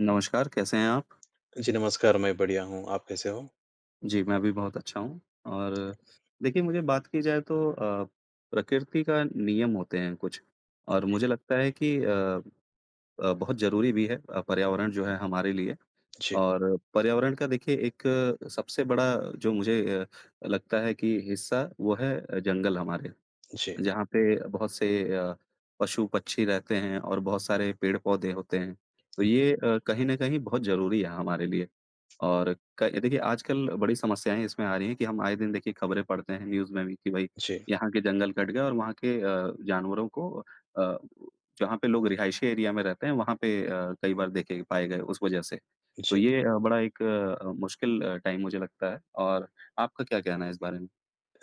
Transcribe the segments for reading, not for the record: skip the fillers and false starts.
नमस्कार, कैसे हैं आप? जी, नमस्कार, मैं बढ़िया हूँ, आप कैसे हो? जी, मैं भी बहुत अच्छा हूँ। और देखिए मुझे बात की जाए तो प्रकृति का नियम होते हैं कुछ। और मुझे लगता है कि बहुत ज़रूरी भी है, पर्यावरण जो है हमारे लिए। जी, और पर्यावरण का देखिए एक सबसे बड़ा जो मुझे अ, लगता है कि हिस्सा वो है, जंगल हमारे। जी, जहाँ पे बहुत से अ, पशु-पक्षी रहते हैं और बहुत सारे पेड़-पौधे होते हैं। तो ये कहीं न कहीं बहुत ज़रूरी है हमारे लिए। और क देखिए आजकल बड़ी समस्याएँ इसमें आ रही हैं कि हम आए दिन देखिए खबरें पढ़ते हैं न्यूज़ में भी कि भई जी, यहाँ के जंगल कट गए और वहाँ के, जानवरों को अ, जहाँ पे लोग रिहायशी एरिया में रहते हैं वहाँ पे, कई बार देखे पाए गए उस वजह से। तो जी। ये बड़ा एक मुश्किल टाइम मुझे लगता है। और आपका क्या कहना है इस बारे में?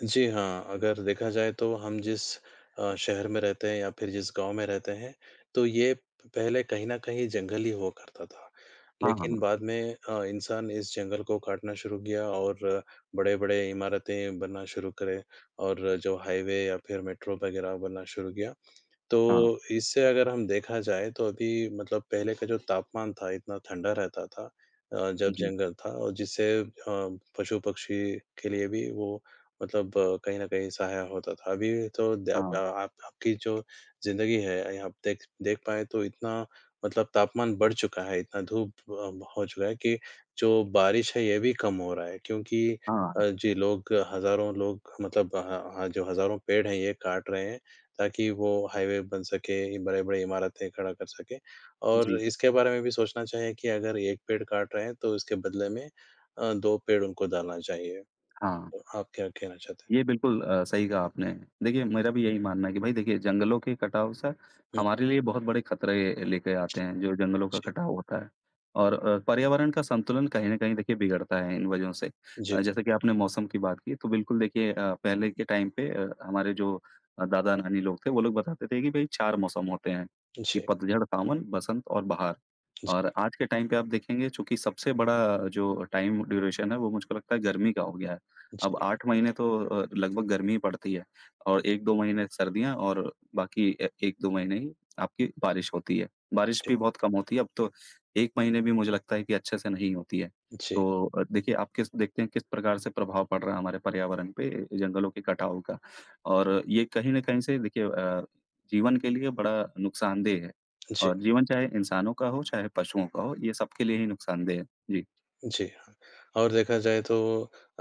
जी हाँ, अगर देखा जाए तो हम जिस शहर में रहते हैं या फिर जिस गाँव में रहते हैं, तो ये पहले कहीं न कहीं जंगल ही हुआ करता था। हाँ, हाँ, लेकिन हाँ। बाद में इंसान इस जंगल को काटना शुरू किया और बड़े-बड़े इमारतें बनना शुरू करे और जो हाईवे या फिर मेट्रो वगैरह बनना शुरू किया। हाँ। तो इससे अगर हम देखा जाए तो अभी मतलब पहले का जो तापमान था इतना ठंडा रहता था, जब जी। जंगल था और जिससे पशु पक्षी के लिए भी वो मतलब कहीं न कहीं सहायक होता था। अभी तो द हाँ, आप आपकी जो ज़िंदगी है, आप देख देख पाएँ तो इतना मतलब तापमान बढ़ चुका है, इतना धूप हो चुका है कि जो बारिश है ये भी कम हो रहा है क्योंकि हाँ। जी लोग हज़ारों लोग मतलब ह ह जो हज़ारों पेड़ हैं ये काट रहे हैं ताकि वो हाईवे बन सके, बड़े-बड़े इमारतें खड़ा कर सके और जी, इसके बारे में भी सोचना चाहिए कि अगर 1 पेड़ काट रहे हैं तो उसके बदले में 2 पेड़ उनको डालना चाहिए। हाँ। तो आप क्या कहना चाहते हैं? ये बिल्कुल सही कहा आपने। देखिए, मेरा भी यही मानना है कि भई देखिए, जंगलों के कटाव से हुँ, हमारे लिए बहुत बड़े खतरे लेके आते हैं, जो जंगलों का जी, कटाव होता है। और पर्यावरण का संतुलन कहीं न कहीं देखिए बिगड़ता है इन वजहों से। जी, जैसे कि आपने मौसम की बात की, तो बिल्कुल देखिए, पहले के टाइम पे, हमारे जो दादा-नानी लोग थे, वो लोग बताते थे कि भई 4 मौसम होते हैं, कि जी, पतझड़, सावन, बसंत और बहार। जी, जी, और आज के टाइम पे आप देखेंगे, चूँकि सबसे बड़ा जो टाइम ड्यूरेशन है, वो मुझको लगता है गर्मी का हो गया है। अब जी, 8 महीने तो, लगभग गर्मी ही पड़ती है। और 1-2 महीने सर्दियाँ, और बाकी ए 1-2 महीने ही आपकी बारिश होती है। बारिश भी बहुत कम होती है, अब तो 1 महीने भी मुझे लगता है कि अच्छे से नहीं होती है। जी, तो देखिए आप किस देखते हैं किस प्रकार से प्रभाव पड़ रहा है हमारे पर्यावरण पे, जंगलों के कटाव का। और ये कहीं न कहीं से देखिए, जीवन के लिए बड़ा नुकसानदेह है। जी। और जीवन चाहे इंसानों का हो, चाहे पशुओं का हो, ये सबके लिए ही नुकसानदेह है। जी। जी, हाँ। और देखा जाए तो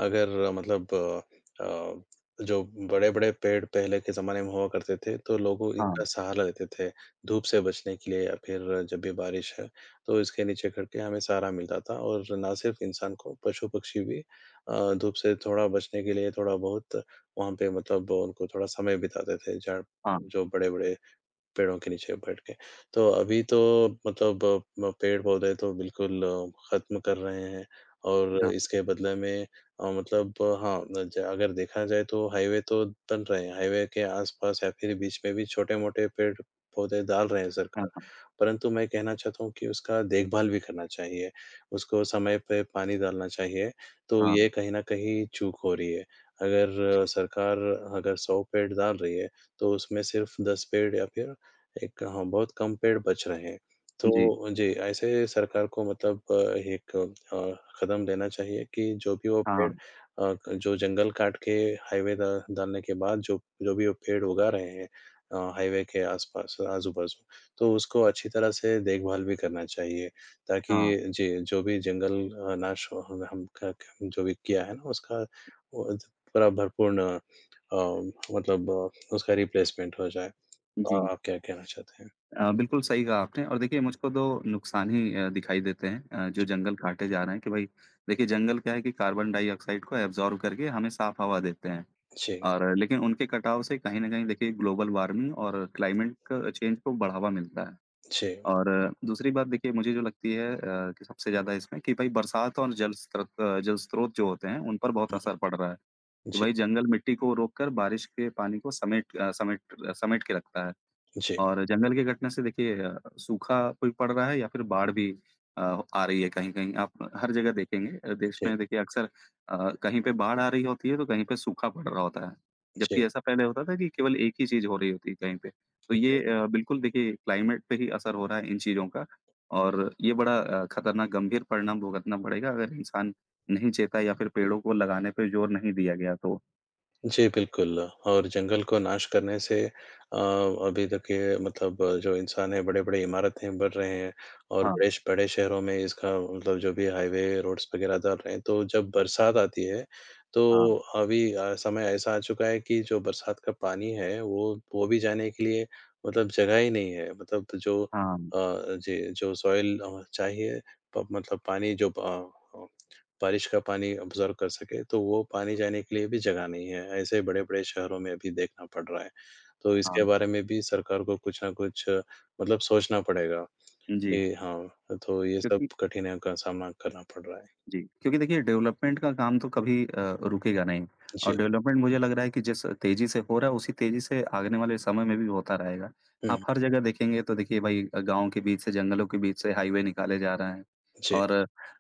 अगर मतलब अ, जो बड़े-बड़े पेड़ पहले के ज़माने में हुआ करते थे, तो लोगों इनका हाँ, सहारा लेते थे, धूप से बचने के लिए या फिर जब भी बारिश है, तो इसके नीचे करके हमें सहारा मिलता था और ना सिर्फ़ इंसान को, पशु-पक्षी भी धूप से थोड़ा बचने के लिए थोड़ा-बहुत वहाँ पे मतलब उनको थोड़ा समय बिताते थे, जहाँ हाँ, जो बड़े-बड़े पेड़ों के नीचे बैठ के। तो अभी तो मतलब अ, म पेड़-पौधे तो बिल्कुल ख़त्म कर रहे हैं और हाँ, इसके बदले में मतलब हाँ, न- ज अगर देखा जाए तो हाईवे तो बन रहे हैं। हाईवे के आस-पास या फिर बीच में भी छोटे-मोटे पेड़-पौधे डाल रहे हैं हाँ, सरकार। हाँ, परंतु मैं कहना चाहता हूँ कि उसका देखभाल भी करना चाहिए। उसको समय पे पानी डालना चाहिए। तो ये हाँ। कहीं न कहीं चूक हो रही है। अगर जी, सरकार अगर 100 पेड़ डाल रही है, तो उसमें सिर्फ़ 10 पेड़ या फिर एक, हाँ, बहुत कम पेड़ बच रहे हैं। जी। तो जी, ऐसे सरकार को मतलब एक कदम लेना चाहिए कि जो भी वो हाँ, पेड़ अ, क जो जंगल काट के हाईवे ड डालने के बाद जो जो भी वो पेड़ उगा रहे हैं, हाईवे के आस-पास, आजू-बाजू, तो उसको अच्छी तरह से देखभाल भी करना चाहिए, ताकि हाँ। जी, जो भी जंगल नाश हो हम क क जो भी किया है ना, उसका वो ज पूरा भरपूर्ण अ, मतलब उसका रिप्लेसमेंट हो जाए। और जी। आप क्या कहना चाहते हैं? बिल्कुल सही कहा आपने। और देखिए मुझको 2 नुकसान ही दिखाई देते हैं, जी, जो जंगल काटे जा रहे हैं कि भई देखिए जंगल क्या है कि कार्बन डाइऑक्साइड को एब्ज़ॉर्ब करके हमें साफ़ हवा देते हैं। जी, और लेकिन उनके कटाव से कहीं न कहीं देखिए ग्लोबल वार्मिंग और क्लाइमेट क चेंज को बढ़ावा मिलता है। जी, और, दूसरी बात देखिए मुझे जो लगती है, कि सबसे ज़्यादा इसमें कि भई बरसात और जल स्रोत जो होते हैं उन पर बहुत असर पड़ रहा है, कि जी, भई जंगल मिट्टी को रोक कर बारिश के पानी को समेट अ, समेट समेट के रखता है। जी, और जंगल की घटना से देखिए, सूखा कोई पड़ रहा है या फिर बाढ़ भी अ, आ रही है कहीं-कहीं। आप हर जगह देखेंगे, देश में देखिए अक्सर कहीं पे बाढ़ आ रही होती है, तो कहीं पे सूखा पड़ रहा होता है। जबकि जी, ऐसा पहले होता था कि केवल एक ही चीज़ हो रही होती है कहीं पे। तो जी। ये बिल्कुल देखिए क्लाइमेट पे ही असर हो रहा है इन चीज़ों का। और ये बड़ा, खतरनाक गंभीर परिणाम भुगतना पड़ेगा अगर इंसान नहीं चेता या फिर पेड़ों को लगाने पे जोर नहीं दिया गया तो। जी, बिल्कुल और जंगल को नाश करने से अभी देखिए मतलब जो इंसान है बड़े-बड़े इमारतें बन रहे हैं और हाँ, बड़े शहरों में इसका मतलब जो भी हाईवे, रोड्स वगैरह डल रहे हैं, तो जब बरसात आती है, हाँ, तो अभी समय ऐसा आ चुका है कि जो बरसात का पानी है, वो भी जाने के लिए मतलब जगह ही नहीं है। मतलब जो हाँ, जी, जो सॉइल चाहिए प मतलब पानी जो बारिश का पानी ऑब्ज़र्व कर सके, तो वो पानी जाने के लिए भी जगह नहीं है। ऐसे बड़े-बड़े शहरों में अभी देखना पड़ रहा है। तो इसके हाँ। बारे में भी सरकार को कुछ न कुछ मतलब सोचना पड़ेगा जी, कि हाँ, तो ये सब क्योंकि कठिनाइयों का सामना करना पड़ रहा है। जी, क्योंकि देखिए डेवलपमेंट का काम तो कभी रुकेगा नहीं। और जी। डेवलपमेंट मुझे लग रहा है कि जिस तेज़ी से हो रहा है उसी तेज़ी से आगने वाले समय में भी होता रहेगा। आप हुँ, हर जगह देखेंगे तो देखिए भाई, गाँव के बीच से, जंगलों के बीच से हाईवे निकाले जा रहे हैं। जी, और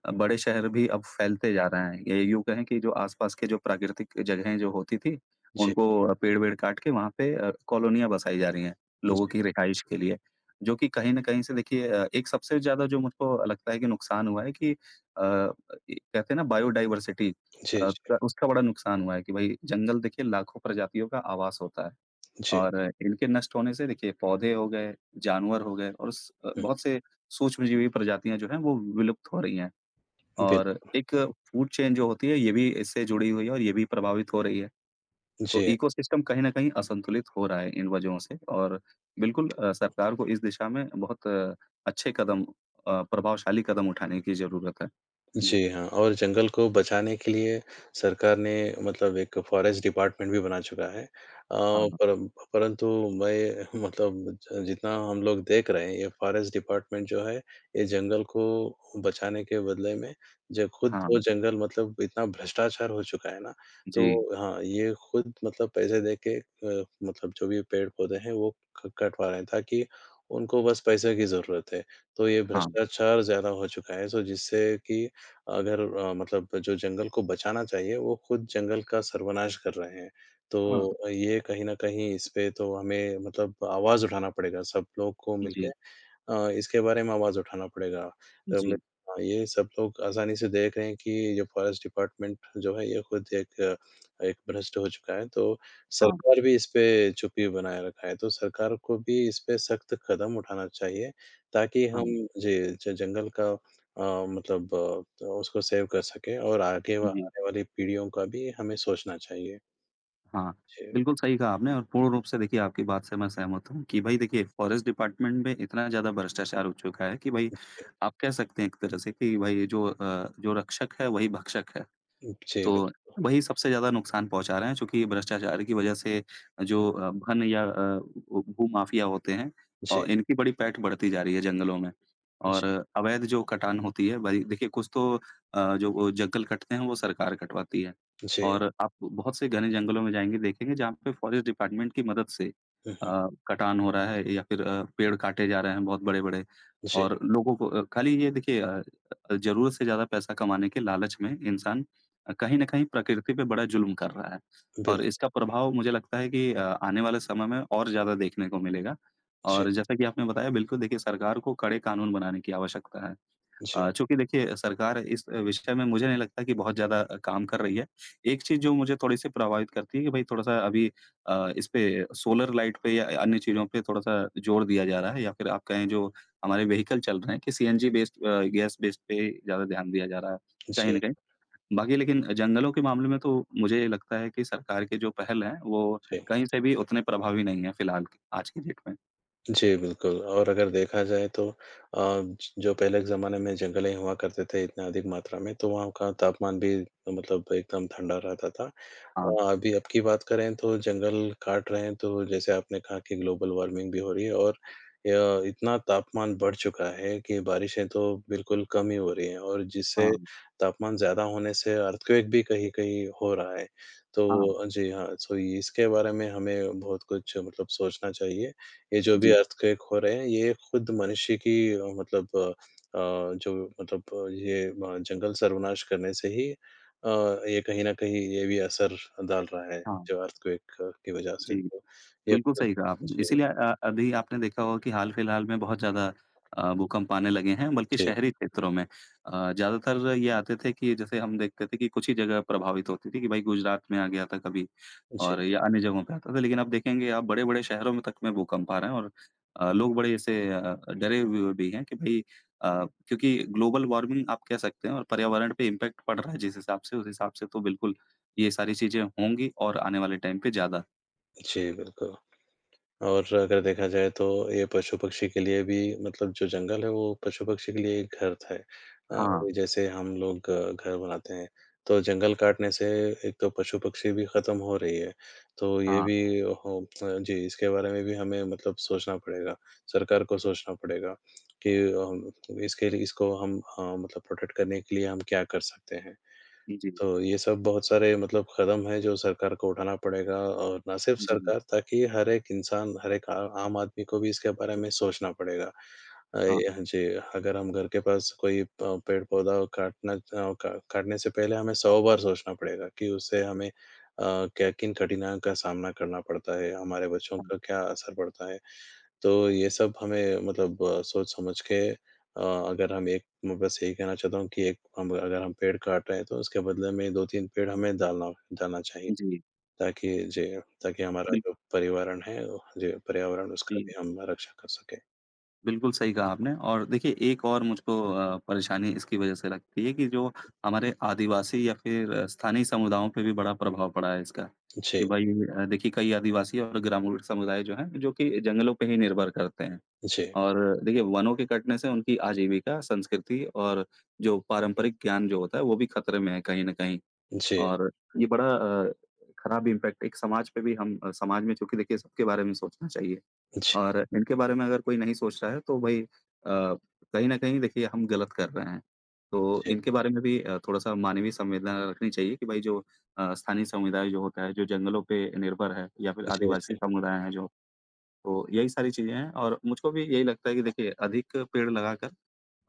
बड़े शहर भी अब फैलते जा रहे हैं। ये यूँ कहें कि जो आस-पास के जो प्राकृतिक जगहें जो होती थी, जी, उनको पेड़-वेड़ काट के वहाँ पे, कॉलोनियाँ बसाई जा रही हैं, जी, लोगों की रिहाइश के लिए, जो कि कहीं न कहीं से देखिए, एक सबसे ज़्यादा जो मुझको लगता है कि नुकसान हुआ है कि ये कहते हैं ना बायोडायवर्सिटी जी, अ, जी, का उसका बड़ा नुकसान हुआ है कि भाई जंगल देखिए लाखों प्रजातियों का आवास होता है। जी। और इनके नष्ट होने से देखिए पौधे हो गए, जानवर हो गए और हुँ, बहुत से सूक्ष्मजीवी प्रजातियाँ जो हैं वो विलुप्त हो रही हैं। और बिल्क एक फूड चेन जो होती है ये भी इससे जुड़ी हुई है और ये भी प्रभावित हो रही है। तो जी। इकोसिस्टम कहीं न कहीं असंतुलित हो रहा है इन वजहों से। और बिल्कुल, सरकार को इस दिशा में बहुत अच्छे कदम, प्रभावशाली कदम उठाने की ज़रूरत है। जी। जी हाँ, और जंगल को बचाने के लिए सरकार ने मतलब एक फ़ॉरेस्ट डिपार्टमेंट भी बना चुका है। हाँ, परम परंतु मैं मतलब ज जितना हम लोग देख रहे हैं, ये फ़ॉरेस्ट डिपार्टमेंट जो है, ये जंगल को बचाने के बदले में जो खुद वो हाँ। जंगल मतलब इतना भ्रष्टाचार हो चुका है ना, जी, तो हाँ, ये खुद मतलब पैसे दे के मतलब जो भी पेड़-पौधे हैं, वो क कटवा रहे हैं ताकि उनको बस पैसे की ज़रूरत है। तो ये हाँ, भ्रष्टाचार ज़्यादा हो चुका है, सो जिससे कि अगर मतलब जो जंगल को बचाना चाहिए, वो खुद जंगल का सर्वनाश कर रहे हैं। हाँ। तो ये कहीं न कहीं इस पे तो हमें मतलब आवाज़ उठाना पड़ेगा सब लोग को मिलके, जी, इसके बारे में आवाज़ उठाना पड़ेगा। अ, मैं जी, हाँ, ये सब लोग आसानी से देख रहे हैं कि जो फॉरेस्ट डिपार्टमेंट जो है ये खुद एक एक भ्रष्ट हो चुका है, तो हाँ, सरकार भी इस पे चुप्पी बनाए रखा है। तो सरकार को भी इस पे सख्त कदम उठाना चाहिए ताकि हाँ, हम जी, ज जंगल का अ, मतलब तो उसको सेव कर सकें और आगे व जी, आने वाली पीढ़ियों का भी हमें सोचना चाहिए। हाँ। जी, बिल्कुल सही कहा आपने और पूर्ण रूप से देखिए आपकी बात से मैं सहमत हूँ कि भई देखिए फ़ॉरेस्ट डिपार्टमेंट में इतना ज़्यादा भ्रष्टाचार हो चुका है कि भई जी, आप कह सकते हैं एक तरह से कि भई जो, जो रक्षक है वही भक्षक है। जी, तो बिल्कुल। वही सबसे ज़्यादा नुकसान पहुँचा रहे हैं चूँकि भ्रष्टाचार की वजह से हुँ, जो, भू भूमाफिया होते हैं जी, और इनकी बड़ी पैठ बढ़ती जा रही है जंगलों में। जी, और अवैध जो कटान होती है भई देखिए कुछ तो, जो वो जंगल कटते हैं वो सरकार कटवाती है। जी। और आप बहुत से घने जंगलों में जाएँगे देखेंगे जहाँ पे फ़ॉरेस्ट डिपार्टमेंट की मदद से हुँ, हुँ। कटान हो रहा है या फिर पेड़ काटे जा रहे हैं बहुत बड़े-बड़े। जी, और लोगों को अ, खाली ये देखिए अ अ, ज़रूरत से ज़्यादा पैसा कमाने के लालच में इंसान, कहीं न कहीं प्रकृति पे बड़ा जुल्म कर रहा है। बिल और इसका प्रभाव मुझे लगता है कि, आने वाले समय में और ज़्यादा देखने को मिलेगा। जी। और जैसा कि आपने बताया बिल्कुल देखिए सरकार को कड़े कानून बनाने की आवश्यकता है। जी, चूँकि देखिए सरकार इस विषय में मुझे नहीं लगता कि बहुत ज़्यादा काम कर रही है। एक चीज़ जो मुझे थोड़ी-सी प्रभावित करती है कि भई थोड़ा-सा अभी इस पे सोलर लाइट पे या अन्य चीज़ों पे थोड़ा-सा जोर दिया जा रहा है या फिर आप कहें जो हमारे व्हीकल चल रहे हैं कि सीएनजी बेस्ड, गैस बेस्ड पे ज़्यादा ध्यान दिया जा रहा है, कहीं जी, न कहीं। बाकी लेकिन जंगलों के मामले में तो मुझे लगता है कि सरकार की जो पहल है, वो जी। कहीं से भी उतने प्रभावी नहीं है फ़िलहाल आज की डेट में। जी, बिल्कुल और अगर देखा जाए तो ज जो पहले के ज़माने में जंगलें हुआ करते थे इतना अधिक मात्रा में, तो वहाँ का तापमान भी मतलब एकदम ठंडा रहता था। हाँ, अभी अब की बात करें तो जंगल काट रहे हैं, तो जैसे आपने कहा कि ग्लोबल वार्मिंग भी हो रही है और इतना तापमान बढ़ चुका है कि बारिशें तो बिल्कुल कम ही हो रही हैं और जिससे हाँ, तापमान ज़्यादा होने से अर्थक्वेक भी कहीं-कहीं हो रहा है। हाँ। तो जी हाँ, सो इसके बारे में हमें बहुत कुछ मतलब सोचना चाहिए। ये जो भी जी, अर्थक्वेक हो रहे हैं, ये खुद मनुष्य की मतलब जो मतलब ये जंगल सर्वनाश करने से ही ये कहीं न कहीं ये भी असर डाल रहा है, हाँ, जो अर्थक्वेक की वजह से जी। तो ये बिल्कुल खुद सही कहा आपने। जी, इसीलिए, अभी आपने देखा होगा कि हाल-फिलहाल में बहुत ज़्यादा भूकंप आने लगे हैं, बल्कि जी, शहरी क्षेत्रों में। ज़्यादातर ये आते थे कि जैसे हम देखते थे कि कुछ ही जगह प्रभावित होती थी कि भाई गुजरात में आ गया था कभी जी, और या अन्य जगहों पे आता था। लेकिन अब देखेंगे आप बड़े-बड़े शहरों में तक में भूकंप आ रहे हैं। और लोग बड़े ऐसे डरे हुए भी हैं कि भाई, क्योंकि ग्लोबल वार्मिंग आप कह सकते हैं और पर्यावरण पे इम्पैक्ट पड़ रहा है जिस हिसाब से, उस हिसाब से तो बिल्कुल ये सारी चीज़ें होंगी और आने वाले टाइम पे ज़्यादा। जी, बिल्कुल। और अगर देखा जाए तो ये पशु-पक्षी के लिए भी मतलब जो जंगल है वो पशु-पक्षी के लिए एक घर था। हाँ, जैसे हम लोग घर बनाते हैं, तो जंगल काटने से एक तो पशु-पक्षी भी ख़त्म हो रही है। तो ये हाँ। भी हो जी, इसके बारे में भी हमें मतलब सोचना पड़ेगा, सरकार को सोचना पड़ेगा कि इसके लिए इसको हम मतलब प्रोटेक्ट करने के लिए हम क्या कर सकते हैं? जी, तो ये सब बहुत सारे मतलब कदम हैं जो सरकार को उठाना पड़ेगा और ना सिर्फ जी। सरकार ताकि हर एक इंसान, हर एक आ आम आदमी को भी इसके बारे में सोचना पड़ेगा। हाँ, ये हाँ जी, अगर हम घर के पास कोई प पेड़-पौधा काटना अ, का काटने से पहले हमें 100 बार सोचना पड़ेगा कि उससे हमें क्या किन कठिनाइयों का सामना करना पड़ता है, हमारे बच्चों हाँ। का क्या असर पड़ता है। तो ये सब हमें मतलब सोच समझ के अगर हम एक मैं बस यही कहना चाहता हूँ कि एक हम अगर हम पेड़ काट रहे हैं, तो उसके बदले में 2-3 पेड़ हमें डालना डालना चाहिए, जी, ताकि जी, ताकि हमारा जो बिल्कुल, पर्यावरण है जी, पर्यावरण उसका जी। भी हम रक्षा कर सकें। बिल्कुल सही कहा आपने और देखिए एक और मुझको, परेशानी इसकी वज़ह से लगती है कि जो हमारे आदिवासी या फिर स्थानीय समुदायों पे भी बड़ा प्रभाव पड़ा है इसका, जी, कि भाई देखिए कई आदिवासी और ग्रामीण समुदाय जो हैं, जो कि जंगलों पे ही निर्भर करते हैं। जी, और देखिए वनों के कटने से उनकी आजीविका, संस्कृति और जो पारंपरिक ज्ञान जो होता है, वो भी खतरे में है कहीं न कहीं। जी, और ये बड़ा, खराब इम्पैक्ट एक समाज पे भी समाज में चूँकि देखिए सबके बारे में सोचना चाहिए। जी, और इनके बारे में अगर कोई नहीं सोच रहा है तो भई, कहीं न कहीं देखिए हम गलत कर रहे हैं। तो जी, इनके बारे में भी, थोड़ा-सा मानवीय संवेदना रखनी चाहिए कि भाई जो स्थानीय समुदाय जो होता है, जो जंगलों पे निर्भर है या फिर जी, आदिवासी जी, समुदाय हैं जो, तो यही सारी चीज़ें हैं। और मुझको भी यही लगता है कि देखिए अधिक पेड़ लगाकर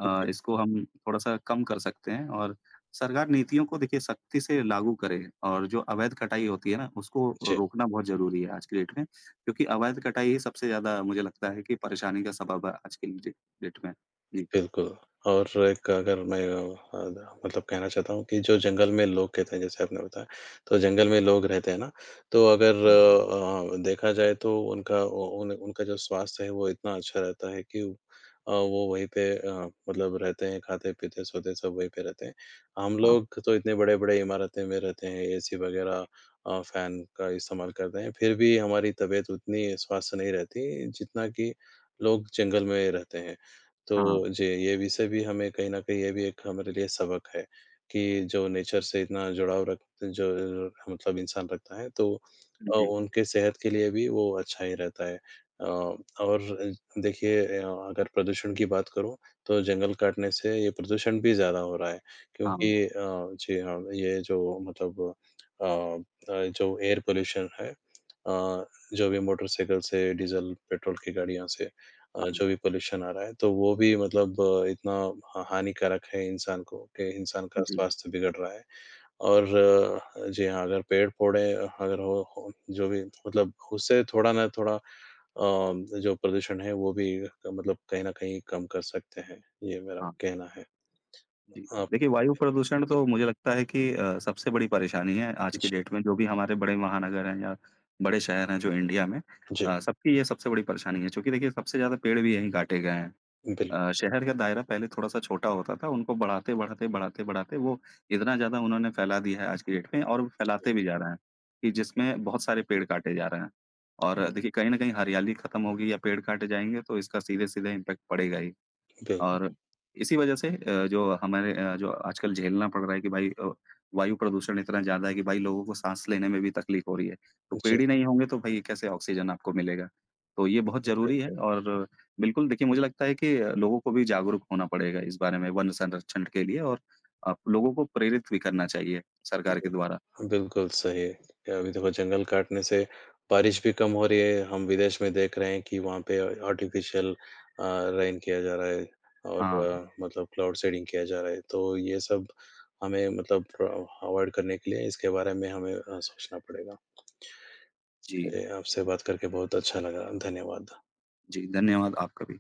जी, इसको हम थोड़ा-सा कम कर सकते हैं। और सरकार नीतियों को देखिए सख्ती से लागू करे, और जो अवैध कटाई होती है ना, उसको जी। रोकना बहुत ज़रूरी है आज की डेट में, क्योंकि अवैध कटाई ही सबसे ज़्यादा मुझे लगता है कि परेशानी का सबब है आज की डे डेट में। जी, बिल्कुल, और एक अगर मैं मतलब कहना चाहता हूँ कि जो जंगल में लोग कहते हैं जैसे आपने बताया, तो जंगल में लोग रहते हैं ना, तो अगर हाँ, देखा जाए तो उनका उ उन उनका जो स्वास्थ्य है वो इतना अच्छा रहता है कि वो वहीं पे मतलब रहते हैं, खाते-पीते, सोते सब वहीं पे रहते हैं। हम हाँ, लोग तो इतने बड़े-बड़े इमारतें में रहते हैं, एसी वगैरह फैन का इस्तेमाल करते हैं, फिर भी हमारी तबीयत उतनी स्वस्थ नहीं रहती जितना कि लोग जंगल में रहते हैं। तो हाँ। जी, ये विषय भी हमें कहीं न कहीं ये भी एक हमारे लिए सबक है कि जो नेचर से इतना जुड़ाव रख जो मतलब इंसान रखता है तो जी, उनके सेहत के लिए भी वो अच्छा ही रहता है। अ, और देखिए अगर प्रदूषण की बात करूँ तो जंगल काटने से ये प्रदूषण भी ज़्यादा हो रहा है क्योंकि हाँ, जी हाँ, ये जो मतलब जो एयर पॉल्यूशन है जो भी मोटरसाइकिल से, डीज़ल, पेट्रोल की गाड़ियों से हाँ, जो भी पॉल्यूशन आ रहा है, तो वो भी मतलब इतना ह हानिकारक है इंसान को कि इंसान का जी, स्वास्थ्य बिगड़ रहा है। और जी हाँ, अगर पेड़-पौधे अगर हो जो भी मतलब उससे थोड़ा ना थोड़ा जो प्रदूषण है वो भी मतलब कहीं न कहीं कम कर सकते हैं, ये मेरा हाँ। कहना है। जी, आप देखिए वायु प्रदूषण तो मुझे लगता है कि, सबसे बड़ी परेशानी है आज की जी, डेट में जो भी हमारे बड़े महानगर हैं या बड़े शहर हैं जो इंडिया में जी, अ, सबकी ये सबसे बड़ी परेशानी है क्योंकि देखिए सबसे ज़्यादा पेड़ भी यहीं काटे गए हैं। बिल्कुल, शहर का दायरा पहले थोड़ा-सा छोटा होता था, उनको बढ़ाते-बढ़ाते, बढ़ाते-बढ़ाते वो इतना ज़्यादा उन्होंने फैला दिया है आज की डेट में, और वो जी, फैलाते भी जा रहे हैं कि जिसमें बहुत सारे पेड़ काटे जा रहे हैं। और देखिए कहीं न कहीं हरियाली खत्म होगी या पेड़ काटे जाएँगे तो इसका सीधे-सीधे इम्पैक्ट पड़ेगा ही। बिल और इसी वजह से, जो हमारे, जो आजकल झेलना पड़ रहा है कि भाई, वायु प्रदूषण इतना ज़्यादा है कि भाई लोगों को साँस लेने में भी तकलीफ़ हो रही है। तो जी, पेड़ ही नहीं होंगे तो भई कैसे ऑक्सीजन आपको मिलेगा? तो ये बहुत ज़रूरी है। बिल्कुल, और बिल्कुल देखिए मुझे लगता है कि, लोगों को भी जागरूक होना पड़ेगा इस बारे में वन संरक्षण के लिए, और आप लोगों को प्रेरित भी करना चाहिए सरकार के जी। द्वारा। बिल्कुल सही है। क्या अभी देखो जंगल काटने से बारिश भी कम हो रही है, हम विदेश में देख रहे हैं कि वहाँ पे आर्टिफ़िशियल अ, रेन किया जा रहा है और हाँ। मतलब क्लाउड सीडिंग किया जा रहा है। तो ये सब हमें मतलब थोड़ा अवॉइड करने के लिए इसके बारे में हमें सोचना पड़ेगा। जी, जी, आपसे बात करके बहुत अच्छा लगा। धन्यवाद। जी, धन्यवाद आपका भी।